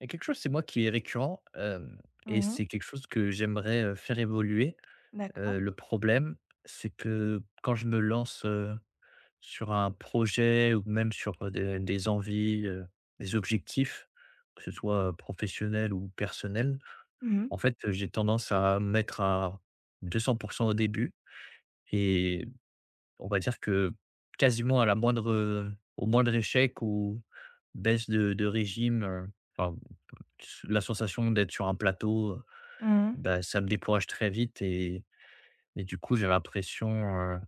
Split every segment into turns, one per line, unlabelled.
Il y a quelque chose c'est moi qui est récurrent, hem et
Mmh mh.
c'est quelque chose que j'aimerais, faire évoluer.
D'accord.
Le problème, c'est que quand je me lance, sur un projet ou même sur, des envies, des objectifs, que ce soit, professionnel ou personnel,
Mmh
en
mh.
fait, j'ai tendance à me mettre à 200 au début et on va dire que quasiment à la moindre, au moindre échec ou baisse de régime, enfin, la sensation d'être sur un plateau.
Mmh mh.
Bah, ça me décourage très vite et du coup, j'ai l'impression, heu,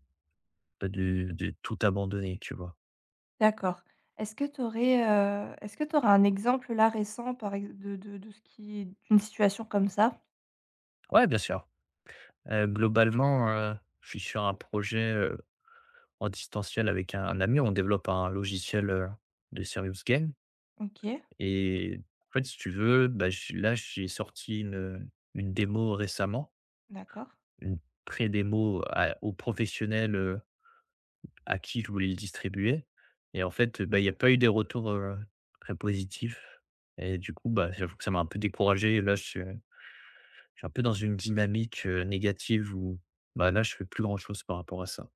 bah, de tout abandonner, tu vois?
D'accord. Est-ce que tu aurais, est-ce que tu aurais un exemple là récent par ex de ce qui d'une situation comme ça?
Ouais, bien sûr. Globalement, je suis sur un projet, en distanciel avec un ami. On développe un logiciel, de serious game.
OK,
Et en fait, si tu veux, bah, je là, j'ai sorti une démo récemment,
d'accord.
une pré-démo à aux professionnels, à qui je voulais le distribuer. Et en fait, bah, il y a pas eu des retours, très positifs et du coup, bah, j'avoue que ça m'a un peu découragé et là, je suis un peu dans une dynamique, négative où, bah, là, je fais plus grand-chose par rapport à ça.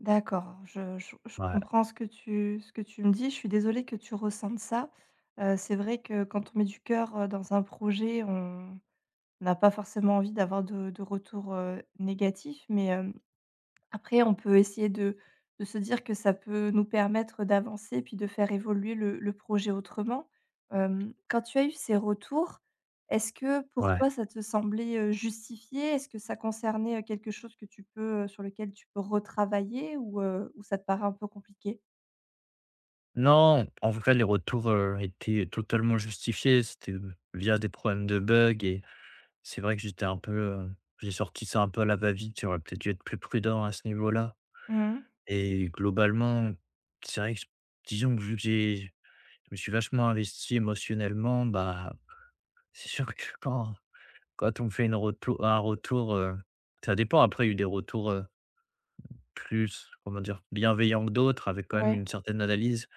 D'accord, je
Ouais,
comprends ce que tu me dis. Je suis désolée que tu ressentes ça. C'est vrai que quand on met du cœur, dans un projet, on n'a pas forcément envie d'avoir de retour, négatif mais, hem Après, on peut essayer de se dire que ça peut nous permettre d'avancer, puis de faire évoluer le projet autrement. Quand tu as eu ces retours, est-ce que pour
ouais.
toi ça te semblait, justifié? Est-ce que ça concernait, quelque chose que tu peux, sur lequel tu peux retravailler ou ça te paraît un peu compliqué?
Non, en vrai, les retours, étaient totalement justifiés. C'était, via des problèmes de bugs. Et c'est vrai que j'étais un peu, j'ai sorti ça un peu à la va-vite. J'aurais peut-être dû être plus prudent à ce niveau-là.
Mmh.
Et globalement, c'est vrai que disons que vu que j'ai Je me suis vachement investi émotionnellement, bah, c'est sûr que quand on me fait une retou un retour, ça dépend. Après, il y a eu des retours, plus, comment dire? Bienveillants que d'autres avec quand même
Ouais.
une certaine analyse,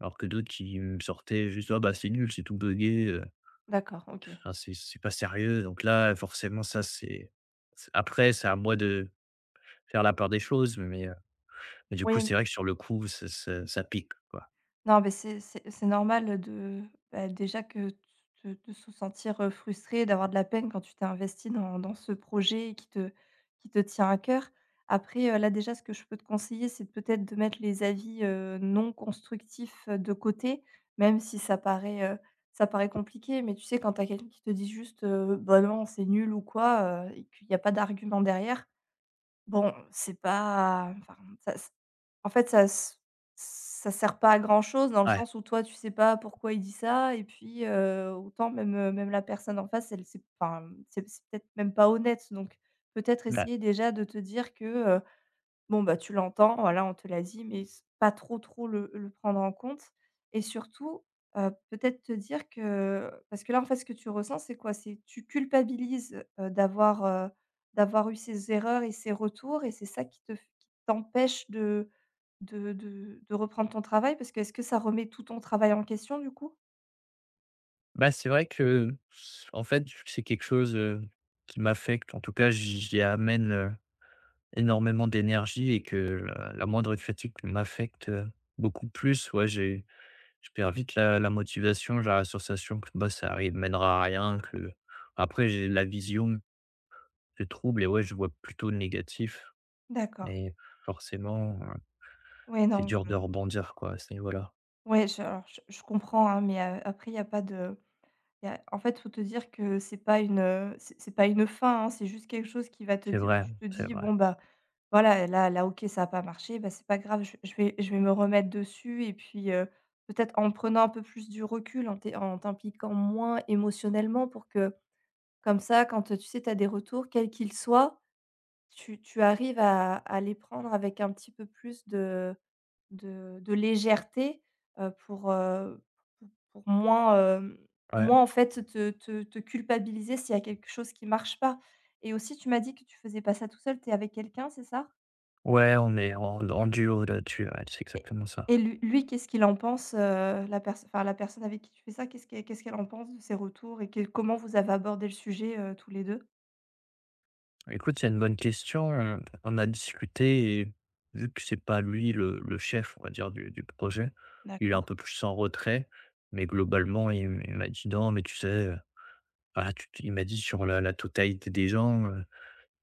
alors que d'autres qui me sortaient juste: «Ah bah, c'est nul, c'est tout buggé,
D'accord, OK.
ah c'est pas sérieux», donc là, forcément ça c'est après, c'est à moi de faire la part des choses, mais du coup,
Oui.
c'est vrai que sur le coup, ça pique, quoi.
Non, mais c'est c'est normal de, bah, déjà que te de se sentir, frustré, d'avoir de la peine quand tu t'es investi dans dans ce projet qui te tient à cœur. Après, là, déjà, ce que je peux te conseiller, c'est peut-être de mettre les avis, non constructifs, de côté, même si ça paraît, ça paraît compliqué. Mais tu sais, quand tu as quelqu'un qui te dit juste, «Bah, non, c'est nul» ou quoi, et qu'il y a pas d'argument derrière, bon, c'est pas enfin, ça en fait, ça s ça sert pas à grand-chose dans le
Ouais,
sens où toi, tu sais pas pourquoi il dit ça et puis, autant même, même la personne en face, elle sait enfin, c'est peut-être même pas honnête donc peut-être
mmh. bah
essayer déjà de te dire que, Bon, bah, tu l'entends, voilà, on te l'a dit, mais s pas trop le prendre en compte et surtout, peut-être te dire que parce que là, en fait, ce que tu ressens, c'est quoi? C'est tu culpabilises, d'avoir, d'avoir eu ces erreurs et ces retours et c'est ça qui te f qui t'empêche de de reprendre ton travail? Parce que est-ce que ça remet tout ton travail en question, du coup?
bah, c'est vrai que, en fait, c'est quelque chose, qui m'affecte. En tout cas, j'y amène, énormément d'énergie et que la moindre fatigue m'affecte, beaucoup plus. Ouais, j'ai je perds vite la motivation. J'ai la sensation que, bah, ça arrive mènera à rien, que après j'ai la vision se trouble et ouais, je vois plutôt le négatif
D'accord.
et forcément,
Ouais,
c'est
non, je
dur de rebondir, quoi, c'est voilà.
ouais, je alors je comprends, hein, mais après il y a pas de Il y a en fait, faut te dire que c'est pas une fin, hein, c'est juste quelque chose qui va te
C'est
dire
vrai,
tu te
c'est
dis:
vrai.
«Bon, bah, voilà, là là, OK, ça a pas marché, bah, c'est pas grave, je vais je vais me remettre dessus» et puis, peut-être en prenant un peu plus du recul, en t'é en t'impliquant moins émotionnellement pour que, comme ça, quand, tu sais, tu as des retours, quels qu'ils soient, tu arrives à les prendre avec un petit peu plus de de légèreté, heu, pour, heu, pour pour moins,
Ouais.
moins en fait te culpabiliser s'il y a quelque chose qui marche pas et aussi tu m'as dit que tu faisais pas ça tout seul, tu es avec quelqu'un, c'est ça?
Ouais, on est en duo là-dessus, ouais, c'est
Et
exactement ça.
et lui lui qu'est-ce qu'il en pense, la perso enfin la personne avec qui tu fais ça, qu'est-ce qu'elle en pense de ses retours et quel comment vous avez abordé le sujet, tous les deux.
Écoute, c'est une bonne question, on a discuté et vu que c'est pas lui le chef, on va dire, du projet, il est un
D'accord.
peu plus en retrait, mais globalement, il m'a dit: «Non, mais tu sais, ah, tu» il m'a dit: «Sur la totalité des gens,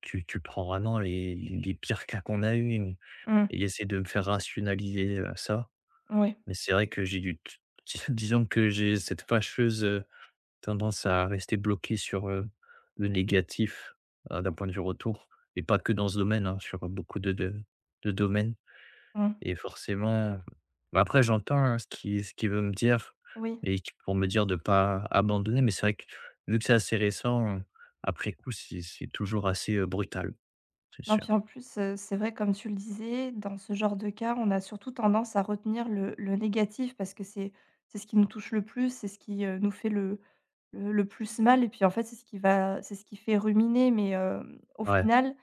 tu prends vraiment les pires cas qu'on a eu». Et
Mmh,
il essaie de me faire rationaliser, ça,
oui,
mais c'est vrai que disons que j'ai cette fâcheuse, tendance à rester bloqué sur, le négatif, d'un point de vue retour. Et pas que dans ce domaine, hein, sur beaucoup de domaines.
mmh,
Et forcément bah, après j'entends, hein, ce qu'il veut me dire
oui.
et qui pour me dire de pas abandonner, mais c'est vrai que vu que c'est assez récent, après coup, c'est toujours assez, brutal, c'est
Non,
sûr.
puis en plus, c'est vrai comme tu le disais, dans ce genre de cas, on a surtout tendance à retenir le négatif parce que c'est ce qui nous touche le plus, c'est ce qui, nous fait le plus mal et puis en fait, c'est ce qui va c'est ce qui fait ruminer mais au
Ouais,
final,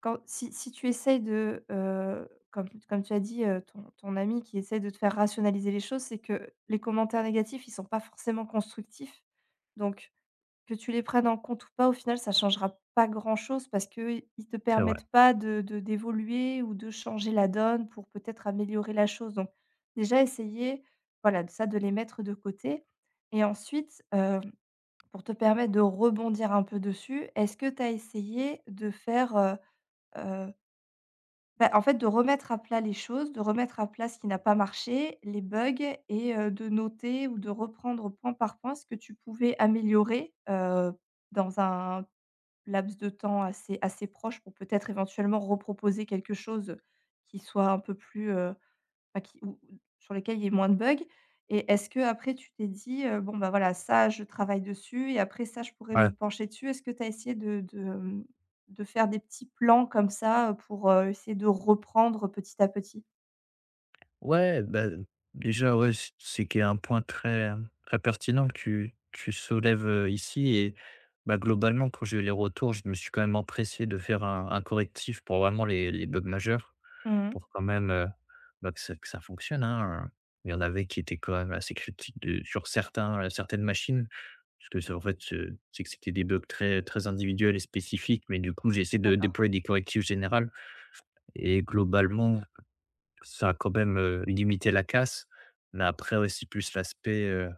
quand si si tu essayes de, comme comme tu as dit, ton ton ami qui essaye de te faire rationaliser les choses, c'est que les commentaires négatifs, ils sont pas forcément constructifs donc que tu les prennes en compte ou pas, au final, ça changera pas grand-chose parce qu'ils te
c'est vrai.
permettent pas de d'évoluer ou de changer la donne pour peut-être améliorer la chose. Donc déjà essayer, voilà, de ça, de les mettre de côté et ensuite, pour te permettre de rebondir un peu dessus, est-ce que tu as essayé de faire, heu bah, en fait, de remettre à plat les choses, de remettre à plat ce qui n'a pas marché, les bugs et de noter ou de reprendre point par point ce que tu pouvais améliorer, dans un laps de temps assez proche pour peut-être éventuellement reproposer quelque chose qui soit un peu plus, Enfin qui ou sur lesquels il y ait moins de bugs et est-ce que après tu t'es dit, «Bon, bah, voilà, ça je travaille dessus et après ça je pourrais me
Ouais.
pencher dessus». Est-ce que tu as essayé de faire des petits plans comme ça, pour, essayer de reprendre petit à petit?
Ouais, bah, déjà, ouais, c'est qu'il y a un point très, très pertinent que tu soulèves, ici. Et bah, globalement, quand j'ai eu les retours, je me suis quand même empressé de faire un correctif pour vraiment les bugs majeurs,
Mmh.
pour quand même, bah, que ça fonctionne, hein. Il y en avait qui étaient quand même assez critiques de sur certains, certaines machines, parce que c'est en fait, c'est que c'était des bugs très très individuels et spécifiques, mais du coup, j'ai essayé de
D'accord.
déployer des correctifs généraux. Et globalement, ça a quand même, limité la casse, mais après ouais, c'est plus l'aspect,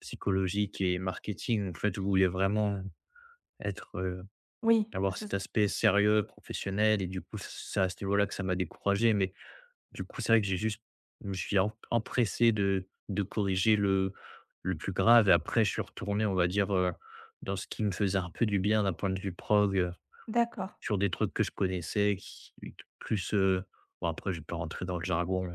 psychologique et marketing, en fait, je voulais vraiment être, heu,
Oui, que
avoir
ce
cet aspect sérieux, professionnel, et du coup, c'est à ce niveau-là que ça m'a découragé, mais du coup, c'est vrai que j'ai juste je me suis empressé de corriger le plus grave. Et après je suis retourné, on va dire, dans ce qui me faisait un peu du bien d'un point de vue prog,
d'accord.
sur des trucs que je connaissais qui plus, bon après je vais pas rentrer dans le jargon,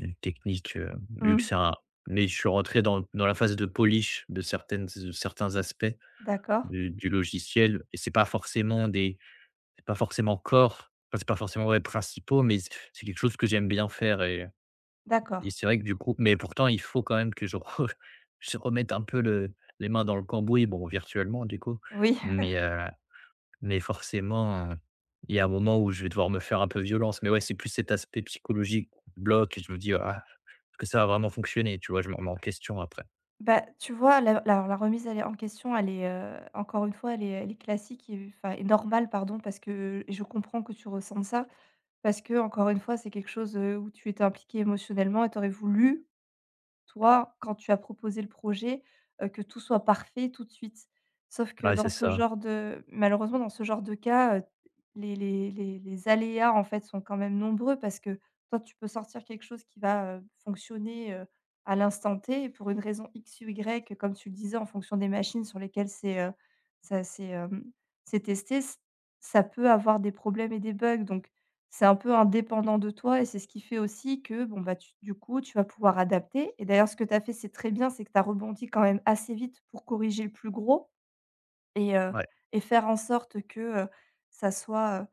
une technique, vu que
Mmh.
c'est un mais je suis rentré dans la phase de polish de certains aspects
D'accord,
du logiciel. Et c'est pas forcément des c'est pas forcément core, enfin, c'est pas forcément, ouais, principaux, mais c'est quelque chose que j'aime bien faire. Et
d'accord.
c'est vrai que du coup mais pourtant il faut quand même que je re je remette un peu le les mains dans le cambouis, bon, virtuellement du coup,
Oui.
mais heu, mais forcément, il y a un moment où je vais devoir me faire un peu violence, mais ouais, c'est plus cet aspect psychologique qui me bloque et je me dis: «Ah, est-ce que ça a vraiment fonctionné?» Tu vois? Je me remets en question après.
Bah, tu vois, la la alors la remise elle est en question, elle est, encore une fois, elle est classique et enfin, et normale pardon, parce que et je comprends que tu ressens ça. Parce que encore une fois, c'est quelque chose, où tu étais impliqué émotionnellement et tu aurais voulu, toi, quand tu as proposé le projet, que tout soit parfait tout de suite. Sauf que
Ouais, c'est
dans ce
ça.
genre de malheureusement, dans ce genre de cas, les aléas, en fait, sont quand même nombreux parce que toi, tu peux sortir quelque chose qui va, fonctionner, à l'instant T et pour une raison X ou Y, comme tu le disais, en fonction des machines sur lesquelles c'est, ça c'est, c'est testé, ç ça peut avoir des problèmes et des bugs. Donc c'est un peu indépendant de toi et c'est ce qui fait aussi que, bon, bah, tu du coup, tu vas pouvoir adapter et d'ailleurs ce que tu as fait, c'est très bien, c'est que tu as rebondi quand même assez vite pour corriger le plus gros et heu
Ouais,
et faire en sorte que, ça soit, heu,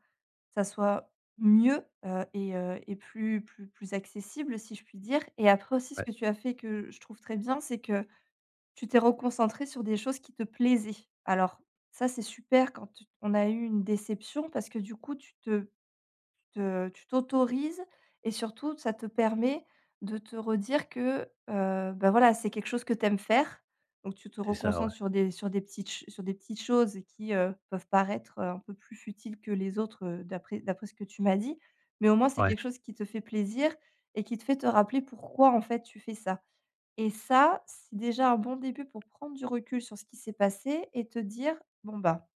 ça soit mieux, et plus plus plus accessible si je puis dire et après aussi ce
ouais,
que tu as fait que je trouve très bien, c'est que tu t'es reconcentré sur des choses qui te plaisaient. Alors ça, c'est super quand tu on a eu une déception parce que du coup, tu te tu te tu t'autorises et surtout, ça te permet de te redire que, bah, voilà, c'est quelque chose que tu aimes faire. Donc tu te
c'est ça, ouais.
reconcentres sur des petites ch sur des petites choses qui, peuvent paraître, un peu plus futiles que les autres, d'après d'après ce que tu m'as dit. Mais au moins, c'est
Ouais,
quelque chose qui te fait plaisir et qui te fait te rappeler pourquoi, en fait, tu fais ça. Et ça, c'est déjà un bon début pour prendre du recul sur ce qui s'est passé et te dire: «Bon, bah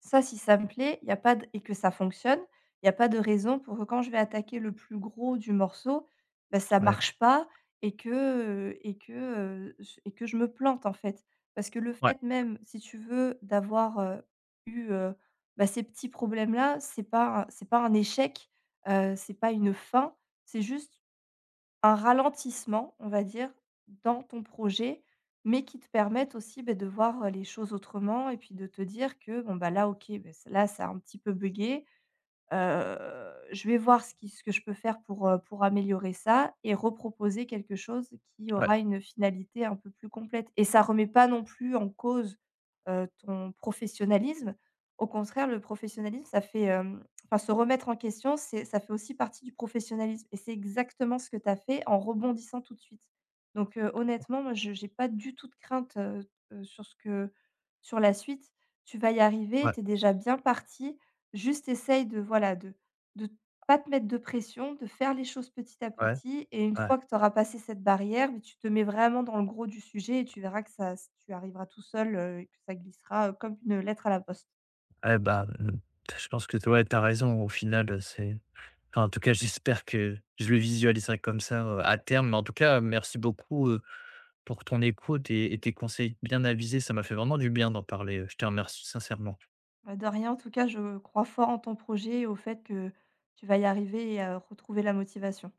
ça, si ça me plaît, il y a pas d et que ça fonctionne, il y a pas de raison pour que quand je vais attaquer le plus gros du morceau, bah, ça
ouais,
marche pas et que, et que, j et que je me plante, en fait. Parce que le
ouais,
fait même, si tu veux, d'avoir, eu, bah, ces petits problèmes-là, c'est pas un échec, c'est pas une fin, c'est juste un ralentissement, on va dire, dans ton projet, mais qui te permettent aussi, beh, de voir, les choses autrement et puis de te dire que bon, bah, là, OK, beh, c là, ça a un petit peu bugué. Je vais voir ce qui ce que je peux faire pour améliorer ça et reproposer quelque chose qui
ouais,
aura une finalité un peu plus complète et ça remet pas non plus en cause, ton professionnalisme. Au contraire, le professionnalisme, ça fait, enfin, se remettre en question, c'est ça fait aussi partie du professionnalisme et c'est exactement ce que tu as fait en rebondissant tout de suite. Donc, honnêtement, moi, je j'ai pas du tout de crainte, sur ce que sur la suite. Tu vas y arriver,
ouais,
tu es déjà bien parti. Juste essaye de, voilà, de pas te mettre de pression, de faire les choses petit à
ouais,
petit et une
ouais.
fois que tu auras passé cette barrière, mais tu te mets vraiment dans le gros du sujet et tu verras que ça s tu arriveras tout seul, et que ça glissera, comme une lettre à la poste.
Eh ben, mmh, je pense que ouais, tu as raison au final, c'est enfin, en tout cas, j'espère que je le visualiserai comme ça, à terme. Mais en tout cas, merci beaucoup, pour ton écoute et tes conseils bien avisés. Ça m'a fait vraiment du bien d'en parler, je te remercie sincèrement.
Bah, de rien, en tout cas, je crois fort en ton projet et au fait que tu vas y arriver et à retrouver la motivation.